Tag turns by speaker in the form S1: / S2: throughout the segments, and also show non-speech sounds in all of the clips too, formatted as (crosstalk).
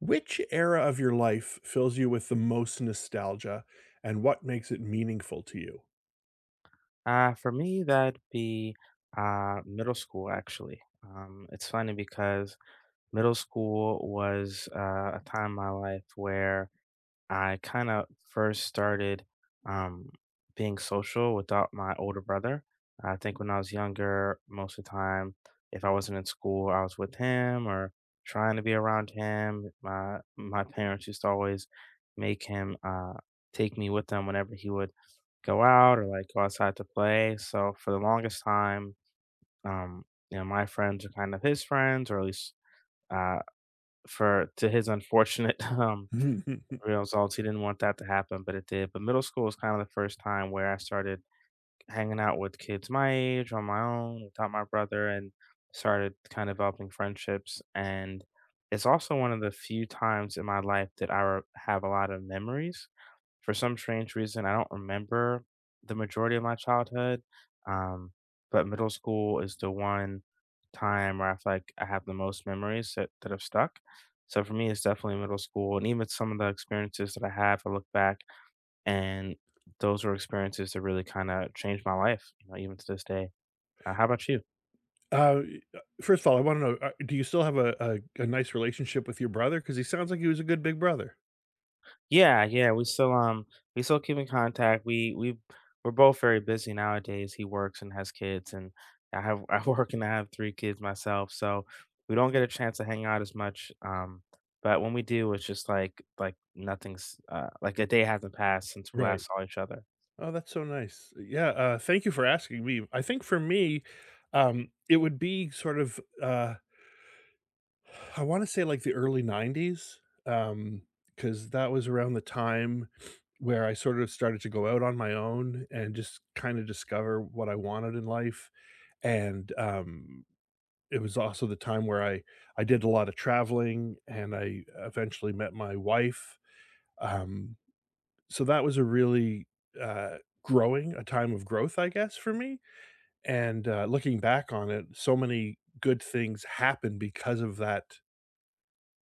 S1: Which era of your life fills you with the most nostalgia, and what makes it meaningful to
S2: For me, that'd be middle school, actually. It's funny because middle school was a time in my life where I kind of first started um, being social without my older brother. I think when I was younger, most of the time, if I wasn't in school, I was with him or trying to be around him. My parents used to always make him take me with them whenever he would go out or like go outside to play. So for the longest time, um, you know, my friends are kind of his friends, or at least uh, for to his unfortunate (laughs)
S1: you? (laughs)
S2: results, he didn't want that to happen, but it did. But middle school was kind of the first time where I started hanging out with kids my age on my own without my brother, and started kind of developing friendships. And it's also one of the few times in my life that have a lot of memories for some strange reason. I don't remember the majority of my childhood, um, but middle school is the one time where I feel like I have the most memories that have stuck. So for me, it's definitely middle school. And even some of the experiences that I have, I look back, and those were experiences that really kind of changed my life, you know, even to this day. How about you?
S1: E first of all, I wanna know, do you still have a nice relationship with your brother? Because he sounds like he was a good big brother.
S2: Yeah, yeah, we still keep in contact. We we're both very busy nowadays. He works and has kids, and I have (laughs) I work and I have three kids myself. So we don't get a chance to hang out as much. But when we do, it's just like nothing's like a day hasn't passed since we
S1: Right.
S2: last saw each other.
S1: Oh, that's so nice. Yeah, thank you for asking me. I think for me, it would be sort of, I wanna say, like, the early '90s, because that was around the time where I sort of started to go out on my own and just kinda discover what I wanted in life, and, it was also the time where I did a lot of traveling, and I eventually met my wife, um, so that was a really, growing a time of growth, I guess, for me, and, looking back on it, so many good things happened because of that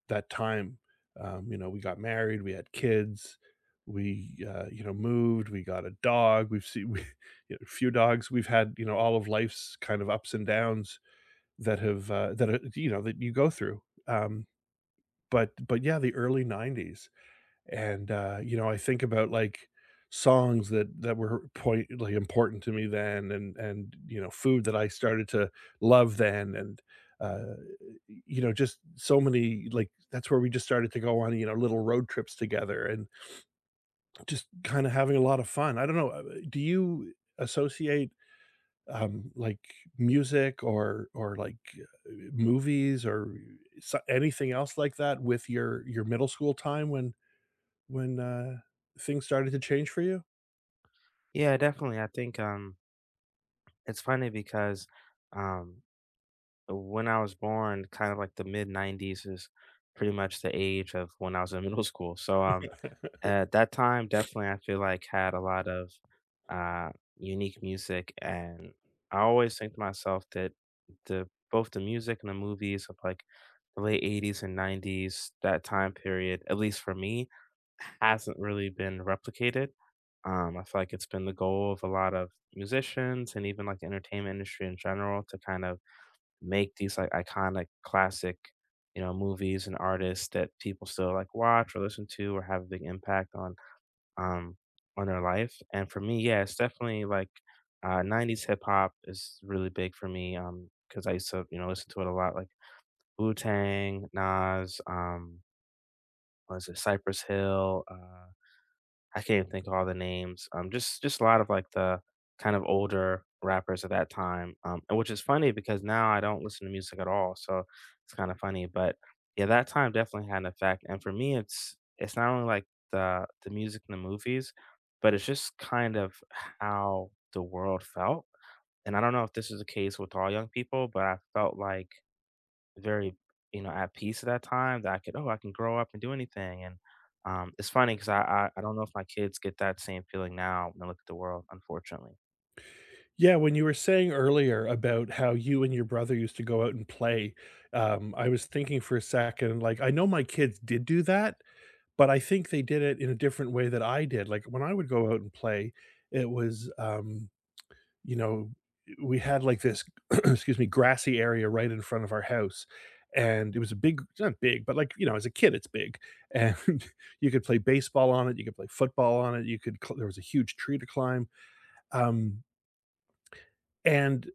S1: that time. We got married, we had kids, we moved, we got a dog. We've seen (laughs) a few dogs. We've had all of life's kind of ups and downs that have that you go through. Um, but yeah, the early '90s. And, I think about, like, songs that were important to me then and food that I started to love then and, uh, you know, just so many like, that's where we just started to go on, little road trips together and just kinda having a lot of fun. I don't know, do you associate, like, music or, like, movies or anything else like that with your middle school time when things started to change for you?
S2: Yeah, definitely. I think it's funny because um when I was born, kind of like the mid nineties is pretty much the age of when I was in (laughs) middle school. So
S1: (laughs)
S2: at that time, definitely, I feel like had a lot of uh, unique music, and I always think to myself that the both the music and the movies of like the late '80s and '90s, that time period, at least for me, hasn't really been replicated. I feel like it's been the goal of a lot of musicians and even like the entertainment industry in general to kind of make these like iconic classic, you know, movies and artists that people still like watch or listen to or have a big impact um, on their life. And for me, yeah, it's definitely like 90s hip hop is really big for me because I used to, you know, listen to it a lot, like Wu Tang, Nas, was it Cypress Hill? I can't think of all the names. Just a lot of like the kind of older rappers at that time, and which is funny because now I don't listen to music at all, so it's kind of funny. But yeah, that time definitely had an effect, and for me, it's not only like the music and the movies, but it's just kind of how the world felt. And I don't know if this is the case with all young people, but I felt like very, you know, at peace at that time that I could, oh, I can grow up and do anything. And it's funny because I don't know if my kids get that same feeling now when they look at the world, unfortunately.
S1: Yeah, when you were saying earlier about how you and your brother used to go out and play, I was thinking for a second, like, I know my kids did do that, but I think they did it in a different way that I did. Like, when I would go out and play, it was, you know, we had like this (clears throat) excuse me, grassy area right in front of our house. And it was a big, it's not big, but like, you know, as a kid, it's big. And (laughs) you could play baseball on it. You could play football on it. There was a huge tree to climb. Um, and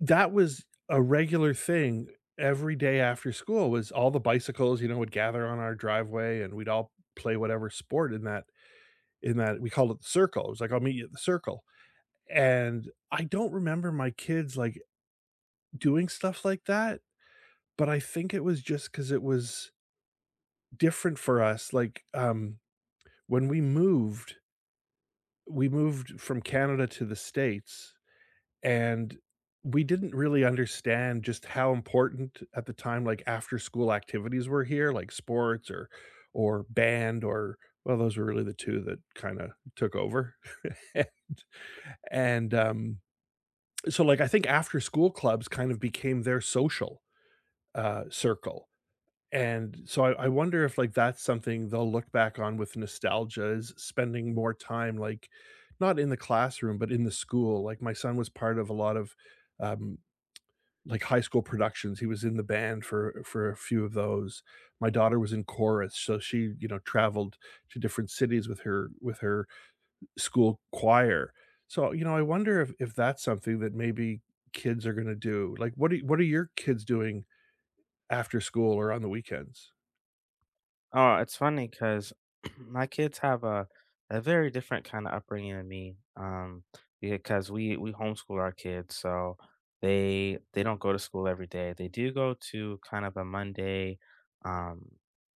S1: that was a regular thing every day after school was all the bicycles, would gather on our driveway and we'd all play whatever sport in that we called it the circle. It was like, I'll meet you at the circle. And I don't remember my kids like doing stuff like that, but I think it was just because it was different for us, like, when we moved from Canada to the States, and we didn't really understand just how important at the time, like, after-school activities were here, like sports or band or well, those were really the 2 that kinda took over. (laughs) And, so, like, I think after-school clubs kind of became their social, circle. And so I wonder if like that's something they'll look back on with nostalgia is spending more time like not in the classroom but in the school. Like my son was part of a lot of um, like high school productions. He was in the band for a few of those. My daughter was in chorus, so she traveled to different cities with her school choir. So I wonder if that's something that maybe kids are going to do. Like what are your kids doing after school or on the weekends?
S2: Oh, it's funny because (clears throat) my kids have a very different kinda upbringing than me, because we homeschool our kids, so they don't go to school every day. They do go to kind of a Monday, um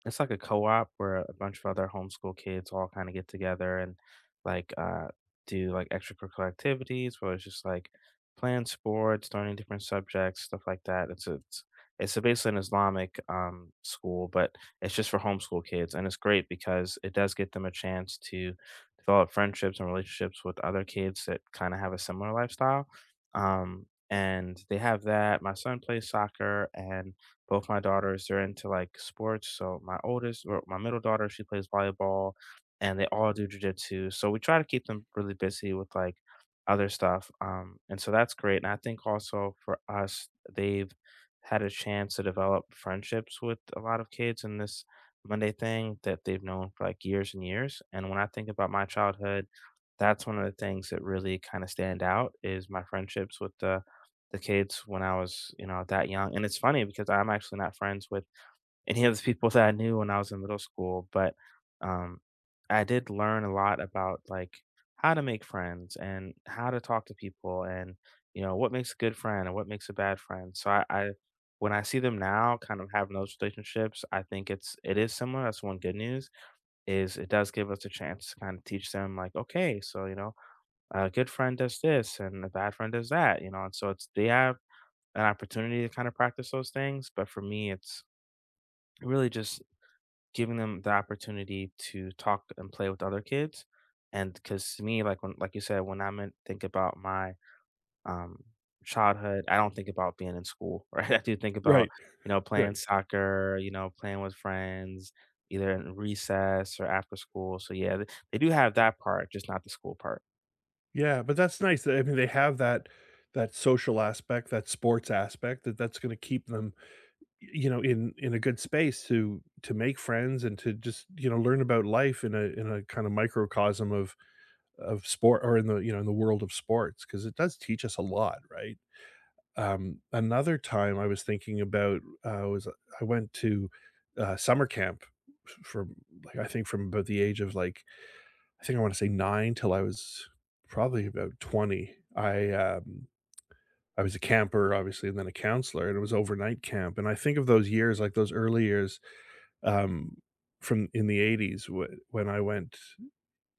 S2: it's like a co-op where a bunch of other homeschool kids all kinda get together and, like, do, like, extracurricular activities where it's just, like, playing sports, learning different subjects, stuff like that. It's basically an Islamic, school, but it's just for homeschool kids, and it's great because it does get them a chance to develop friendships and relationships with other kids that kind of have a similar lifestyle. And they have that. My son plays soccer, and both my daughters are into like sports. So my oldest, or my middle daughter, she plays volleyball, and they all do jujitsu. So we try to keep them really busy with like other stuff. And so that's great. And I think also for us, they've had a chance to develop friendships with a lot of kids in this Monday thing that they've known for like years and years. And when I think about my childhood, that's one of the things that really kind of stand out is my friendships with the kids when I was, you know, that young. And it's funny because I'm actually not friends with and he was people that I knew when I was in middle school, but um, I did learn a lot about like how to make friends and how to talk to people and you know what makes a good friend and what makes a bad friend. So I when I see them now, kind of having those relationships, I think it's it is similar. That's one good news is it does give us a chance to kind of teach them like okay, so you know a good friend does this and a bad friend does that, you know, and so it's they have an opportunity to kind of practice those things. But for me, it's really just giving them the opportunity to talk and play with other kids. And because to me, like when, like you said, when I'm think about my um, childhood, I don't think about being in school, (laughs) right? I do think about
S1: Right.
S2: you know playing
S1: Right.
S2: soccer, you know playing with friends, either in recess or after school. So yeah, they do have that part, just not the school part.
S1: Yeah, but that's nice. I mean, they have that social aspect, that sports aspect that that's gonna keep them, in a good space to make friends and to just, learn about life in a kind of microcosm of sport or in the world of sports because it does teach us a lot, right? Another time I was thinking about, was I went to, summer camp from, like, I think from about the age of, like, I think I wanna say 9 till I was probably about 20. I was a camper, obviously, and then a counselor, and it was overnight camp, and I think of those years, like, those early years, um, from in the ‘80s when I went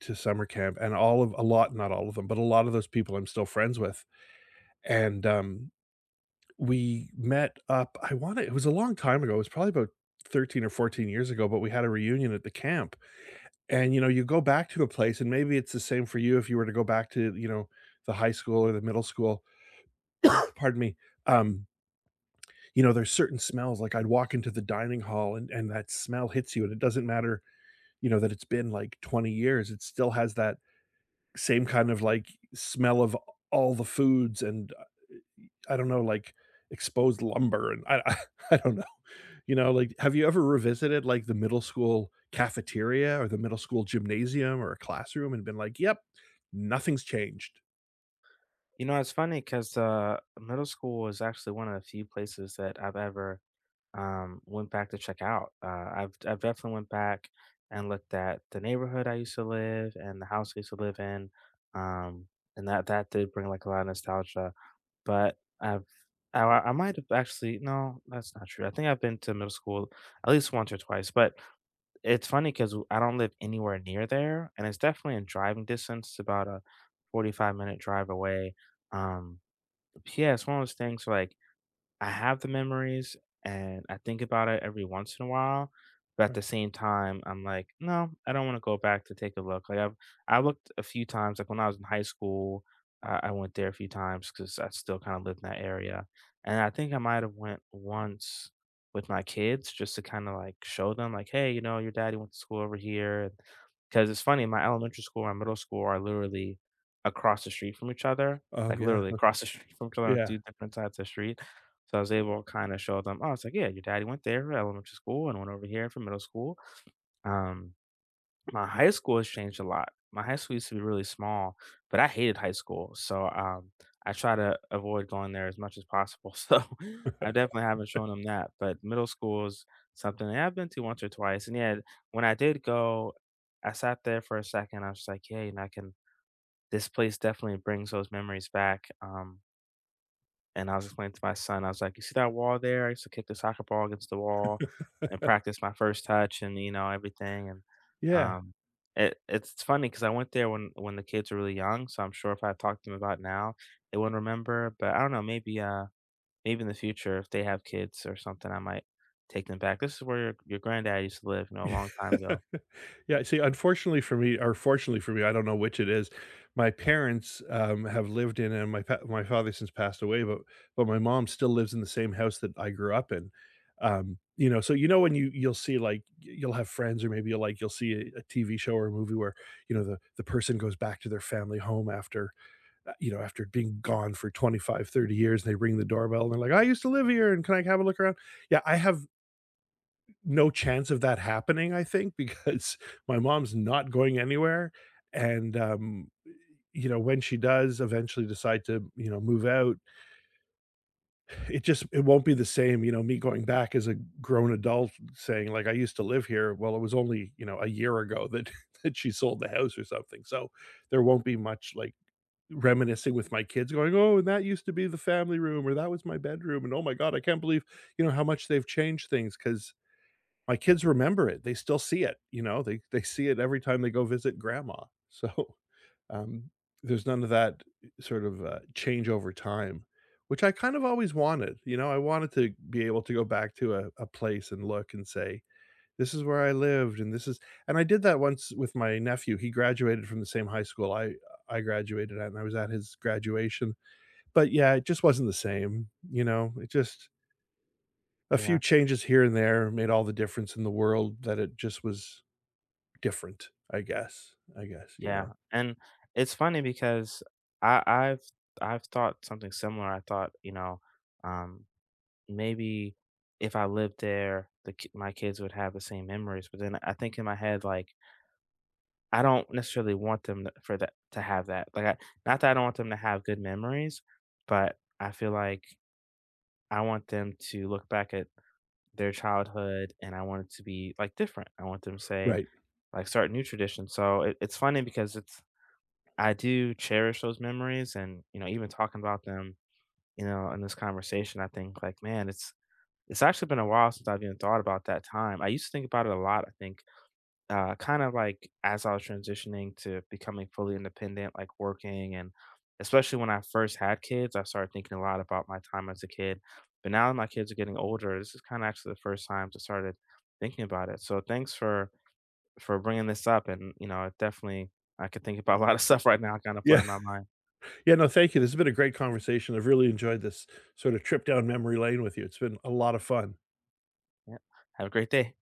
S1: to summer camp, and all of a lot, not all of them, but a lot of those people I'm still friends with, and, we met up, I wanna it was a long time ago, it was probably about 13 or 14 years ago, but we had a reunion at the camp. And, you go back to a place and maybe it's the same for you if you were to go back to, the high school or the middle school, (coughs) pardon me, um, there's certain smells, like, I'd walk into the dining hall and that smell hits you, and it doesn't matter, that it's been, like, 20 years. It still has that same kind of, like, smell of all the foods and, I don't know, like, exposed lumber, and I (laughs) I don't know. You know, like, have you ever revisited, like, the middle school cafeteria or the middle school gymnasium or a classroom and been like, "Yep, nothing's changed."
S2: You know, it's funny because middle school is actually one of the few places that I've ever went back to check out. I've definitely went back and looked at the neighborhood I used to live and the house I used to live in, um, and that did bring like a lot of nostalgia. But I've I might have actually no, that's not true. I think I've been to middle school at least once or twice. But it's funny because I don't live anywhere near there, and it's definitely in driving distance. It's about a 45 minute drive away. Um, but yeah, it's one of those things where, like, I have the memories and I think about it every once in a while, but at
S1: Right.
S2: the same time, I'm like, no, I don't want to go back to take a look. Like I've I looked a few times, like when I was in high school, I went there a few times because I still kind of lived in that area, and I think I might have went once with my kids just to kind of like show them, like, hey, you know, your daddy went to school over here, because it's funny, my elementary school and my middle school are literally across the street from each other,
S1: Oh,
S2: like
S1: yeah.
S2: literally across the (laughs) street from each other on
S1: Yeah.
S2: two different sides of the street. So I was able to kind of show them, oh, it's like, yeah, your daddy went there for elementary school and went over here for middle school. Um, my high school has changed a lot. My high school used to be really small, but I hated high school. So I try to avoid going there as much as possible. (laughs) So I definitely haven't shown them that. But middle school is something that I've been to once or twice. And yeah, when I did go, I sat there for a second. I was just like, yeah, you know, I can, this place definitely brings those memories back. And I was explaining to my son, I was like, "You see that wall there? I used to kick the soccer ball against the wall and practice my first touch and, you know, everything." Um, it it's funny because I went there when the kids were really young, so I'm sure if I talked to them about it now, they wouldn't remember, but I don't know, maybe, maybe in the future if they have kids or something, I might take them back. This is where your granddad used to live, you know, a
S1: Yeah. (laughs)
S2: long time ago.
S1: Yeah, see, unfortunately for me, or fortunately for me, I don't know which it is. My parents have lived in, and my father since passed away, but my mom still lives in the same house that I grew up in. So you know, when you'll see, like, you'll have friends, or maybe you'll see a TV show or a movie where the person goes back to their family home after you know after being gone for 25, 30 years, and they ring the doorbell and they're like, "I used to live here, and can I have a look around?" Yeah, I have no chance of that happening, I think, because (laughs) my mom's not going anywhere, and, when she does eventually decide to, move out, (sighs) it won't be the same, me going back as a grown adult saying, like, "I used to live here." Well, it was only, a year ago that (laughs) that she sold the house or something, so there won't be much, like, reminiscing with my kids going, "Oh, and that used to be the family room, or that was my bedroom, and oh my god, I can't believe, how much they've changed things because." My kids remember it, they still see it, they see it every time they go visit grandma, so, (laughs) um, there's none of that sort of, change over time, which I kind of always wanted, I wanted to be able to go back to a place and look and say, "This is where I lived, and this is." And I did that once with my nephew. He graduated from the same high school I graduated at, and I was at his graduation, but yeah, it just wasn't the same, it just a few
S2: Yeah,
S1: changes here and there made all the difference in the world that it just was different, I guess, you
S2: yeah,
S1: know?
S2: and it's funny because I I've I've thought something similar. I thought, you know, um maybe if I lived there, the ki my kids would have the same memories, but then I think in my head, like, I don't necessarily want them to for that to have that. Like, I not that I don't want them to have good memories, but I feel like I want them to look back at their childhood, and I want it to be, like, different. I want them to say,
S1: Right.
S2: like, start new traditions. So it it's funny because it's I do cherish those memories and, you know, even talking about them, you know, in this conversation, I think, like, man, it's actually been a while since I've even thought about that time. I used to think about it a lot, I think, kind of like as I was transitioning to becoming fully independent, like working. And especially when I first had kids, I started thinking a lot about my time as a kid. But now that my kids are getting older, this is kind of actually the first time I started thinking about it. So thanks for bringing this up. And, you know, it definitely, I could think about a lot of (laughs) stuff right now, kind of
S1: Yeah.
S2: flooding my mind.
S1: Yeah, no, thank you. This has been a great conversation. I've really enjoyed this sort of trip down memory lane with you. It's been a lot of fun.
S2: Yeah. Have a great day.